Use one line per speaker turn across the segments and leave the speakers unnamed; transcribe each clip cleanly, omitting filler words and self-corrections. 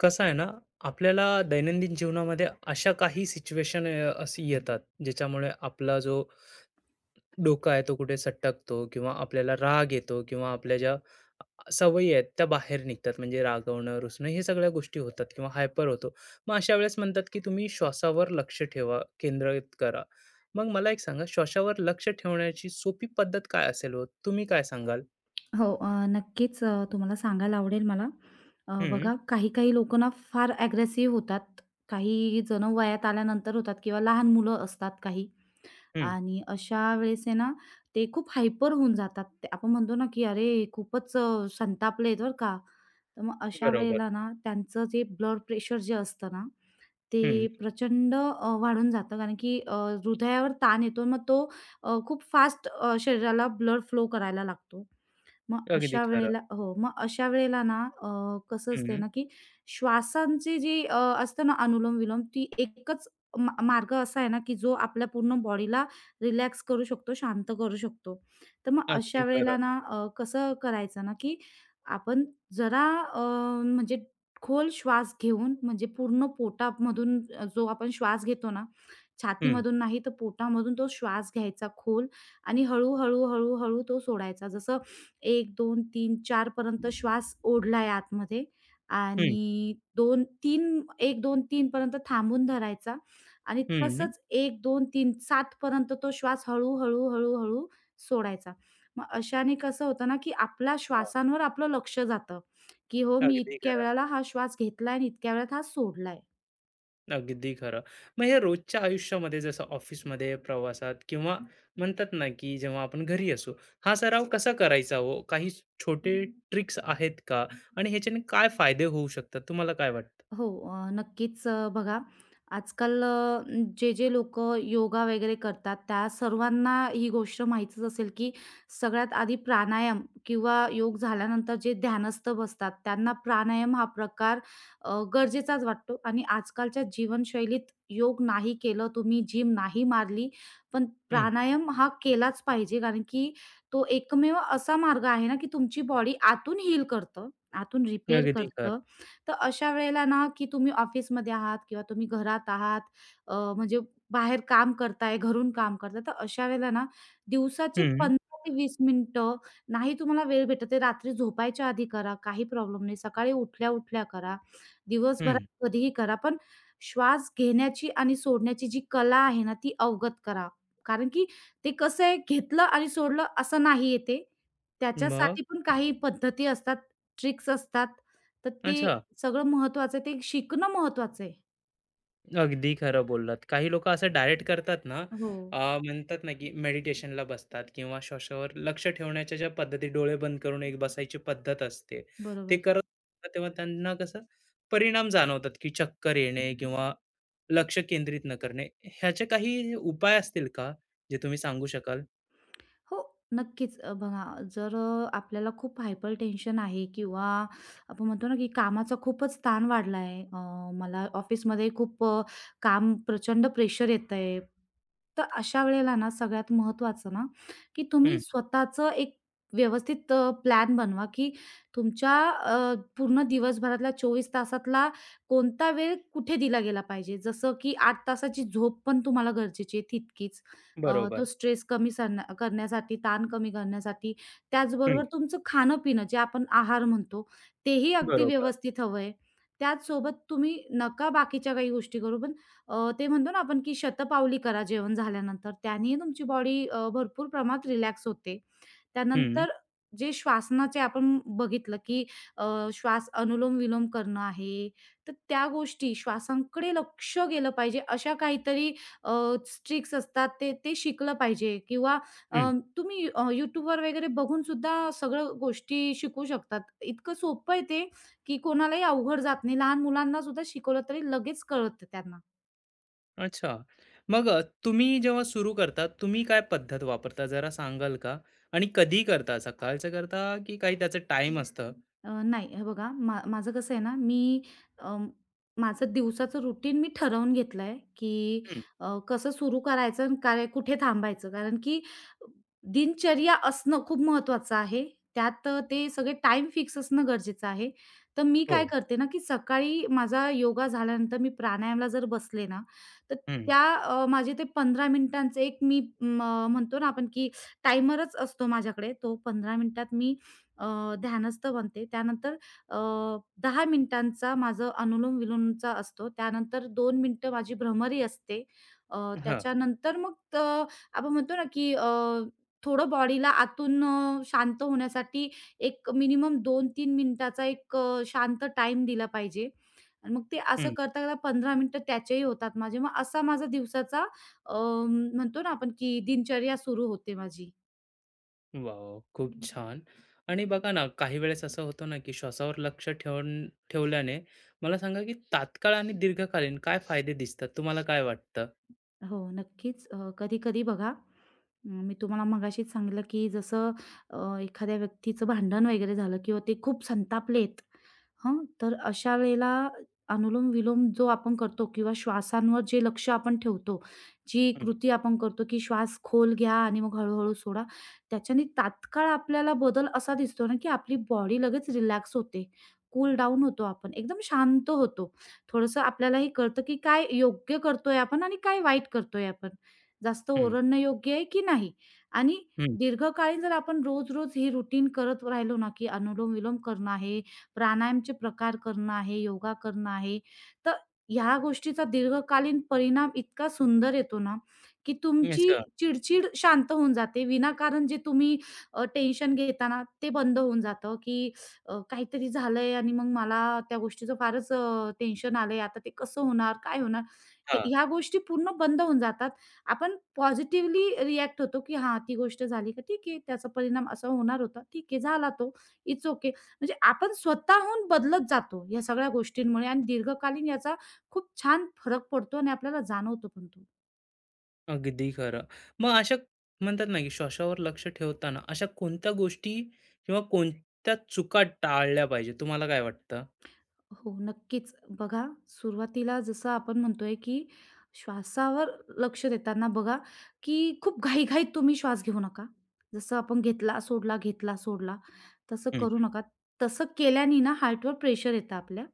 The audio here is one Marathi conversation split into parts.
कसं आहे ना, आपल्याला दैनंदिन जीवनामध्ये अशा काही सिच्युएशन अशी येतात, ज्याच्यामुळे आपला जो डोका आहे तो कुठे सटकतो किंवा आपल्याला राग येतो किंवा आपल्या ज्या सवयी आहेत त्या बाहेर निघतात. म्हणजे रागवणं, रुसणं हे सगळ्या गोष्टी होतात किंवा हायपर होतो. मग अशा वेळेस म्हणतात, की तुम्ही श्वासावर लक्ष ठेवा, केंद्रित करा. मग मला एक सांगा, श्वासावर लक्ष ठेवण्याची सोपी पद्धत काय असेल हो? तुम्ही काय सांगाल?
हो, नक्कीच तुम्हाला सांगायला आवडेल मला.
हं,
बघा काही-काही लोकं ना फार अग्रेसिव्ह होतात. काही जण वयात आल्यानंतर होतात किंवा लहान मुलं असतात काही
हं.
आणि अशा वेळेस आहे ना, ते खूप हायपर होऊन जातात. ते आपण म्हणतो ना, की "अरे, खूपच संतापलेत बरं का." तर मग अशा
बरोबर.
वेळेला ना, त्यांचं जे ब्लड प्रेशर जे असतं ना,
हं.
ते प्रचंड वाढून जातं. कारण की हृदयावर ताण येतो. मग तो खूप फास्ट शरीराला ब्लड फ्लो करायला लागतो. मग
अगदी
अशा
खरं.
वेळेला हो, मग अशा वेळेला ना अ, कसं असते
हं.
ना, की श्वासांची जी असतं ना अनुलोम-विलोम ती एकच मार्ग असा आहे ना, की जो आपल्या पूर्ण बॉडीला रिलॅक्स करू शकतो, शांत करू शकतो. तर मग अशा
अगदी
वेळेला
खरं.
ना कसं करायचं ना, की आपण जरा अ, म्हणजे खोल श्वास घेऊन म्हणजे पूर्ण पोटामधून जो आपण श्वास घेतो ना,
हं,
छातीमधून नाही तर पोटामधून तो श्वास घ्यायचा खोल आणि हळू, हळू, तो सोडायचा. जसं 1, 2, 3, 4 पर्यंत श्वास ओढलाय आतमध्ये
हं.
आणि 2-3 1, 2, 3 पर्यंत थांबून धरायचा आणि
हं.
तसंच 1, 2, 3 7 पर्यंत तो श्वास हळू, हळू, हळू, हळू सोडायचा. मग अशाने कसं होतं ना, की आपल्या
हां.
श्वासांवर आपलं लक्ष जातं, की हो मी
अगदी
इतक्या
खरं,
वेळेला हा श्वास घेतलाय आणि इतक्या वेळात हा सोडलाय.
अगदी खरं. मग हे रोजच्या आयुष्यामध्ये जसं ऑफिसमध्ये, प्रवासात किंवा म्हणतात ना, की जेव्हा आपण घरी असू, हा सराव कसा करायचा हो? काही छोटे ट्रिक्स आहेत का? आणि ह्याच्याने काय फायदे होऊ शकतात? तुम्हाला काय वाटतं?
हो. नक्कीच बघा आजकाल जे लोक योगा वगैरे करतात, त्या सर्वांना ही गोष्ट माहीतच असेल, की सगळ्यात आधी प्राणायाम किंवा योग झाल्यानंतर जे ध्यानस्थ बसतात, त्यांना प्राणायाम हा प्रकार गरजेचाच वाटतो आणि आजकालच्या जीवनशैलीत योग नाही केलं, तुम्ही जिम नाही मारली, पण
हं,
प्राणायाम हा केलाच पाहिजे. कारण की तो एकमेव असा मार्ग आहे ना, की तुमची बॉडी आतून हील करतं, आतून रिपेअर
अगदी
करतं.
खरं.
तर अशा वेळेला ना, की तुम्ही ऑफिसमध्ये आहात किंवा तुम्ही घरात आहात अ, म्हणजे बाहेर काम करताय, घरून काम करताय, तर अशा वेळेला ना दिवसाची
हं,
15 ते 20 मिनिटं नाही तुम्हाला वेळ भेटत आहे, रात्री झोपायच्या आधी करा, काही प्रॉब्लेम नाही. सकाळी उठल्या-उठल्या करा. दिवसभरात
हं.
कधीही करा. पण श्वास घेण्याची आणि सोडण्याची जी कला आहे ना, ती अवगत करा. कारण की ते कसं आहे, घेतलं आणि सोडलं असं नाही आहे.
मग?
त्याच्यासाठी पण काही पद्धती असतात, ट्रिक्स असतात. तर ते
अच्छा.
सगळं महत्वाचं आहे. ते शिकणं महत्वाचं आहे.
अगदी खरं बोललात. काही लोकं असं डायरेक्ट करतात ना,
हो,
अ, म्हणतात ना, की मेडिटेशनला बसतात किंवा श्वासावर लक्ष ठेवण्याच्या ज्या पद्धती, डोळे बंद करून एक बसायची पद्धत असते. ते
बरोबर.
करत असतात तेव्हा त्यांना कसं परिणाम जाणवतात, की चक्कर येणे किंवा लक्ष केंद्रित न करणे. ह्याचे काही उपाय असतील का, जे तुम्ही सांगू शकाल?
हो, नक्कीच. बघा जर आपल्याला खूप हायपर टेन्शन आहे किंवा आपण म्हणतो ना, की कामाचा खूपच ताण वाढला आहे. मला ऑफिसमध्ये खूप काम प्रचंड प्रेशर येतंय. तर अशा वेळेला ना, सगळ्यात महत्त्वाचं ना, की तुम्ही
हं,
स्वतःचं एक व्यवस्थित प्लॅन बनवा, की तुमच्या पूर्ण दिवसभरातल्या 24 तासातला कोणता वेळ कुठे दिला गेला पाहिजे. जसं की 8 तासाची झोप पण तुम्हाला गरजेची आहे तितकीच. तो
बरोबर.
स्ट्रेस कमी करण्यासाठी, ताण कमी करण्यासाठी,
हं,
त्याचबरोबर तुमचं खाणं-पिणं जे आपण आहार म्हणतो, तेही अगदी
बरोबर.
व्यवस्थित हवं आहे. त्याचसोबत तुम्ही नका बाकीच्या काही गोष्टी करू, पण ते म्हणतो ना आपण की शतपावली करा जेवण झाल्यानंतर. त्यानेही तुमची बॉडी भरपूर प्रमाणात रिलॅक्स होते.
हं.
त्यानंतर जे श्वासनाचे आपण बघितलं, की अ, श्वास अनुलोम-विलोम करणं आहे, तर त्या गोष्टी श्वासांकडे लक्ष गेलं पाहिजे. अशा काहीतरी अ, ट्रिक्स असतात ते ते शिकलं पाहिजे किंवा अ, तुम्ही YouTubeवर वगैरे बघून सुद्धा सगळं गोष्टी शिकू शकतात. इतकं सोपं आहे ते, की कोणालाही अवघड जात नाही. लहान मुलांना सुद्धा शिकवलं तरी लगेच कळतं त्यांना.
अच्छा. मग तुम्ही जेव्हा सुरू करता, तुम्ही काय पद्धत वापरता जरा सांगाल का? आणि कधी करता? सकाळचं करता की काही त्याचं टाइम असतं?
नाही, हे बघा माझं कसं आहे ना, मी अ, माझं दिवसाचं रुटीन मी ठरवून घेतलंय, की
हं.
कसं सुरू करायचं आणि काय कुठे थांबायचं. कारण की दिनचर्या असणं खूप महत्त्वाचं आहे. त्यात ते सगळे टाइम फिक्स असणं गरजेचं आहे. तर मी काय
हो.
करते ना, की सकाळी माझा योगा झाल्यानंतर मी प्राणायामला जर बसले ना, तर
हं.
त्या माझे ते 15 मिनिटांचं एक मी म्हणतो ना आपण, की टायमरच असतो माझ्याकडे. तो 15 मिनिटात मी ध्यानस्थ बनते. त्यानंतर अ, 10 मिनिटांचा माझं अनुलोम-विलोमचा असतो. त्यानंतर 2 मिनिटं माझी भ्रमरी असते. अ,
हां.
त्याच्यानंतर मग आपण म्हणतो ना, की थोडं बॉडीला आतून शांत होण्यासाठी एक मिनिमम 2-3 मिनिटाचा एक शांत टाईम दिला पाहिजे. आणि मग ते असं
हं.
करता-करता 15 मिनिटं त्याचेही होतात माझे. मग असा माझा दिवसाचा अ, म्हणतो ना आपण, की दिनचर्या सुरू होते माझी.
वॉव! खूप छान. आणि बघा ना, काही वेळेस असं होतं ना, की श्वासावर लक्ष ठेवून ठेवल्याने मला सांगा, की तात्काळ आणि दीर्घकालीन काय फायदे दिसतात? तुम्हाला काय वाटतं?
हो, नक्कीच. कधी-कधी बघा मी तुम्हाला मगाशीच सांगितलं, की जसं एखाद्या व्यक्तीचं भांडण वगैरे झालं किंवा ते खूप संतापलेत, हं. तर अशा वेळेला अनुलोम-विलोम जो आपण करतो किंवा श्वासांवर जे लक्ष आपण ठेवतो, जी
हं.
कृती आपण करतो, की श्वास खोल घ्या आणि मग हळू सोडा. त्याच्याने तात्काळ आपल्याला बदल असा दिसतो ना, की आपली बॉडी लगेच रिलॅक्स होते. कूल डाऊन होतो आपण. एकदम शांत होतो. थोडंसं आपल्यालाही कळतं, की काय योग्य करतोय आपण आणि काय वाईट करतोय आपण. जास्त
हं.
ओरडणं योग्य आहे की नाही? आणि
हं.
दीर्घकालीन जर आपण रोज-रोज हे रुटीन करत राहिलो ना, की अनुलोम-विलोम करणं आहे, प्राणायामचे प्रकार करणं आहे, योगा करणं आहे, तर ह्या गोष्टीचा दीर्घकालीन परिणाम इतका सुंदर येतो ना, की तुमची
अच्छा.
चिडचिड शांत होऊन जाते. विनाकारण जे तुम्ही टेन्शन घेता ना, ते बंद होऊन जातं, की काहीतरी झालंय आणि मग मला त्या गोष्टीचं फारच टेन्शन आलंय. आता ते कसं होणार? काय होणार? हे
हां.
ह्या गोष्टी पूर्ण बंद होऊन जातात. आपण पॉझिटिव्हली रिएक्ट होतो, की हां, ती गोष्ट झाली का ठीक आहे. त्याचा परिणाम असा होणार होता. ठीक आहे, झाला तो. It's okay. म्हणजे आपण स्वतःहून बदलत जातो या सगळ्या गोष्टींमुळे आणि दीर्घकालीन याचा खूप छान फरक पडतो आणि आपल्याला जाणवतो पण तो.
अगदी खरं. मग अशा म्हणतात ना, की श्वासावर लक्ष ठेवताना अशा कोणत्या गोष्टी किंवा कोणत्या चुका टाळल्या पाहिजे? तुम्हाला काय वाटतं?
हो, नक्कीच. बघा सुरुवातीला जसं आपण म्हणतोय, की श्वासावर लक्ष देताना बघा, की खूप घाईघाईत तुम्ही श्वास घेऊ नका. जसं आपण घेतला, सोडला, घेतला, सोडला तसं
हं,
करू नका. तसं केल्याने ना हार्टवर प्रेशर येतं आपल्या.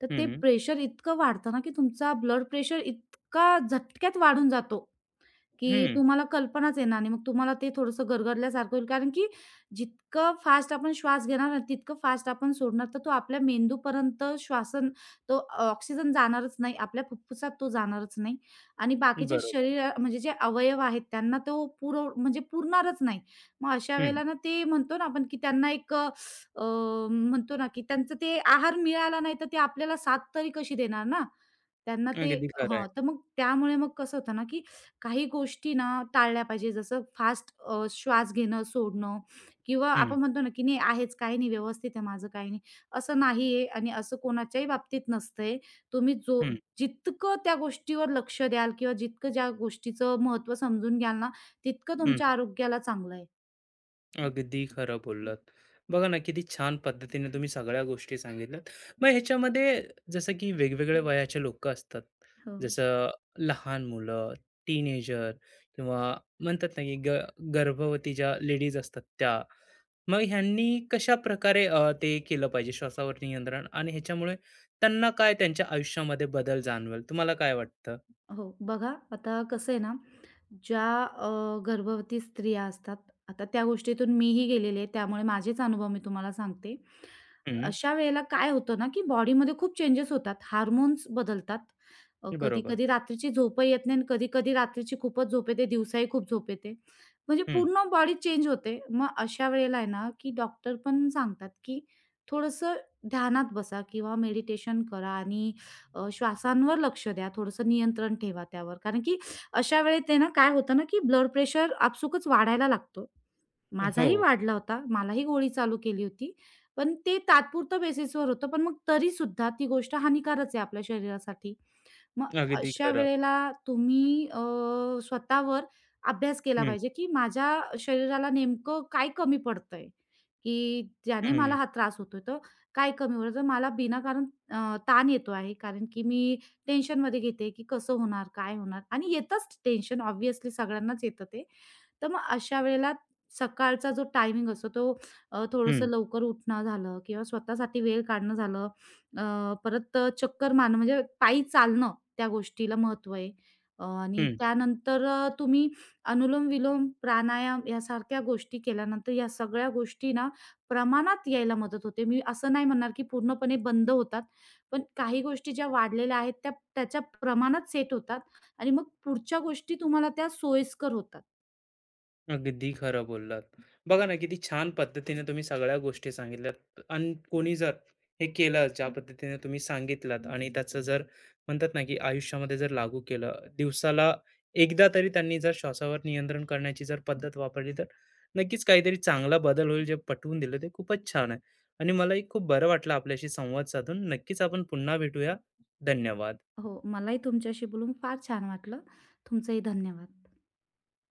तर ते
हं,
प्रेशर इतकं वाढतं ना, की तुमचा ब्लड प्रेशर इतका झटक्यात वाढून जातो. की
हं.
तुम्हाला कल्पनाच येणार नाही. मग तुम्हाला ते थोडंसं गरगरल्यासारखं होईल. कारण की जितकं फास्ट आपण श्वास घेणार ना, तितकं फास्ट आपण सोडणार. तर तो आपल्या मेंदूपर्यंत तो ऑक्सिजन जाणारच नाही. आपल्या फुफ्फुसात तो जाणारच नाही आणि बाकीच्या
बरोबर.
शरीर म्हणजे जे अवयव आहेत त्यांना तो म्हणजे पुरणारच नाही. मग अशा
हं.
वेळेला ना ते म्हणतो ना आपण की त्यांना एक अ, म्हणतो ना की त्यांचं ते आहार मिळाला नाही, तर ते आपल्याला साथ तरी कशी देणार ना? त्यांना ते
अगदी खरं आहे.
हां, तर मग त्यामुळे मग कसं होतं ना, की काही गोष्टी ना टाळल्या पाहिजे. जसं फास्ट श्वास घेणं, सोडणं किंवा
हं,
आपण म्हणतो ना, की नाही आहेच, काही नाही, व्यवस्थित आहे माझं, काही नाही. असं नाही आहे आणि असं कोणाच्याही बाबतीत नसतंय. तुम्ही जो
हं,
जितकं त्या गोष्टीवर लक्ष द्याल किंवा जितकं ज्या गोष्टीचं महत्त्व समजून घ्याल ना, तितकं
हं.
तुमच्या आरोग्याला चांगलं आहे.
अगदी खरं बोललात. बघा ना, किती छान पद्धतीने तुम्ही सगळ्या गोष्टी सांगितल्यात. मग ह्याच्यामध्ये जसं की वेगवेगळ्या वयाचे लोकं असतात.
हो.
जसं लहान मुलं, टीनेजर किंवा म्हणतात ना, की गर्भवती ज्या लेडीज असतात त्या. मग ह्यांनी कशाप्रकारे ते केलं पाहिजे श्वासावर नियंत्रण आणि ह्याच्यामुळे त्यांना काय त्यांच्या आयुष्यामध्ये बदल जाणवेल? तुम्हाला काय वाटतं?
हो, बघा आता कसं आहे ना. ज्या गर्भवती स्त्रिया असतात, आता त्या गोष्टीतून मीही गेलेली आहे, त्यामुळे माझेच अनुभव मी तुम्हाला सांगते.
हं,
अशा वेळेला काय होतं ना, की बॉडीमध्ये खूप चेंजेस होतात, हार्मोन्स बदलतात.
बरोबर.
कधी-कधी रात्रीची झोपही येत नाही कधी-कधी रात्रीची खूपच झोप येते, दिवसाही खूप झोप येते. म्हणजे
हं,
पूर्ण बॉडी चेंज होते. मग अशा वेळेला आहे ना, की डॉक्टर पण सांगतात, की थोडंसं ध्यानात बसा किंवा मेडिटेशन करा आणि श्वासांवर लक्ष द्या, थोडंसं नियंत्रण ठेवा त्यावर. कारण की अशा वेळी ते ना काय होतं ना, की ब्लड प्रेशर आपसुकच वाढायला लागतो. माझाही
हो,
वाढला होता. मलाही गोळी चालू केली होती. पण ते तात्पुरतं बेसिसवर होतं. पण मग तरीसुद्धा ती गोष्ट हानिकारच आहे आपल्या शरीरासाठी. मग
अगदी
अशा
खरं.
वेळेला तुम्ही स्वतःवर अभ्यास केला
हं,
पाहिजे, की माझ्या शरीराला नेमकं काय कमी पडतंय, की ज्याने मला
हं,
हा त्रास होतोय. तर काय कमी पडतं? मला बिनाकारण ताण येतो आहे, कारण की मी टेन्शनमध्ये घेते, की कसं होणार? काय होणार? आणि येतंच टेन्शन ऑब्व्हियसली सगळ्यांनाच येतं ते. तर मग अशा वेळेला सकाळचा जो टायमिंग असतो तो थोडंसं
हं,
लवकर उठणं झालं किंवा स्वतःसाठी वेळ काढणं झालं. अ, परत चक्कर मारणं म्हणजे पायी चालणं त्या गोष्टीला महत्त्व आहे. आणि
हं.
त्यानंतर तुम्ही अनुलोम-विलोम, प्राणायाम यासारख्या गोष्टी केल्यानंतर या सगळ्या गोष्टी ना प्रमाणात यायला मदत होते. मी असं नाही म्हणणार, की पूर्णपणे बंद होतात. पण काही गोष्टी ज्या वाढलेल्या आहेत त्या त्याच्या प्रमाणात सेट होतात आणि मग पुढच्या गोष्टी तुम्हाला त्या सोयीस्कर होतात.
अगदी खरं बोललात. बघा ना, किती छान पद्धतीने तुम्ही सगळ्या गोष्टी सांगितल्यात आणि कोणी जर हे केलं ज्या पद्धतीने तुम्ही सांगितलात आणि त्याचं जर म्हणतात ना, की आयुष्यामध्ये जर लागू केलं, दिवसाला एकदा तरी त्यांनी जर श्वासावर नियंत्रण करण्याची जर पद्धत वापरली, तर नक्कीच काहीतरी चांगला बदल होईल. जे पटवून दिलं ते खूपच छान आहे आणि मलाही खूप बरं वाटलं आपल्याशी संवाद साधून. नक्कीच आपण पुन्हा भेटूया. धन्यवाद.
हो, मलाही तुमच्याशी बोलून फार छान वाटलं. तुमचंही धन्यवाद.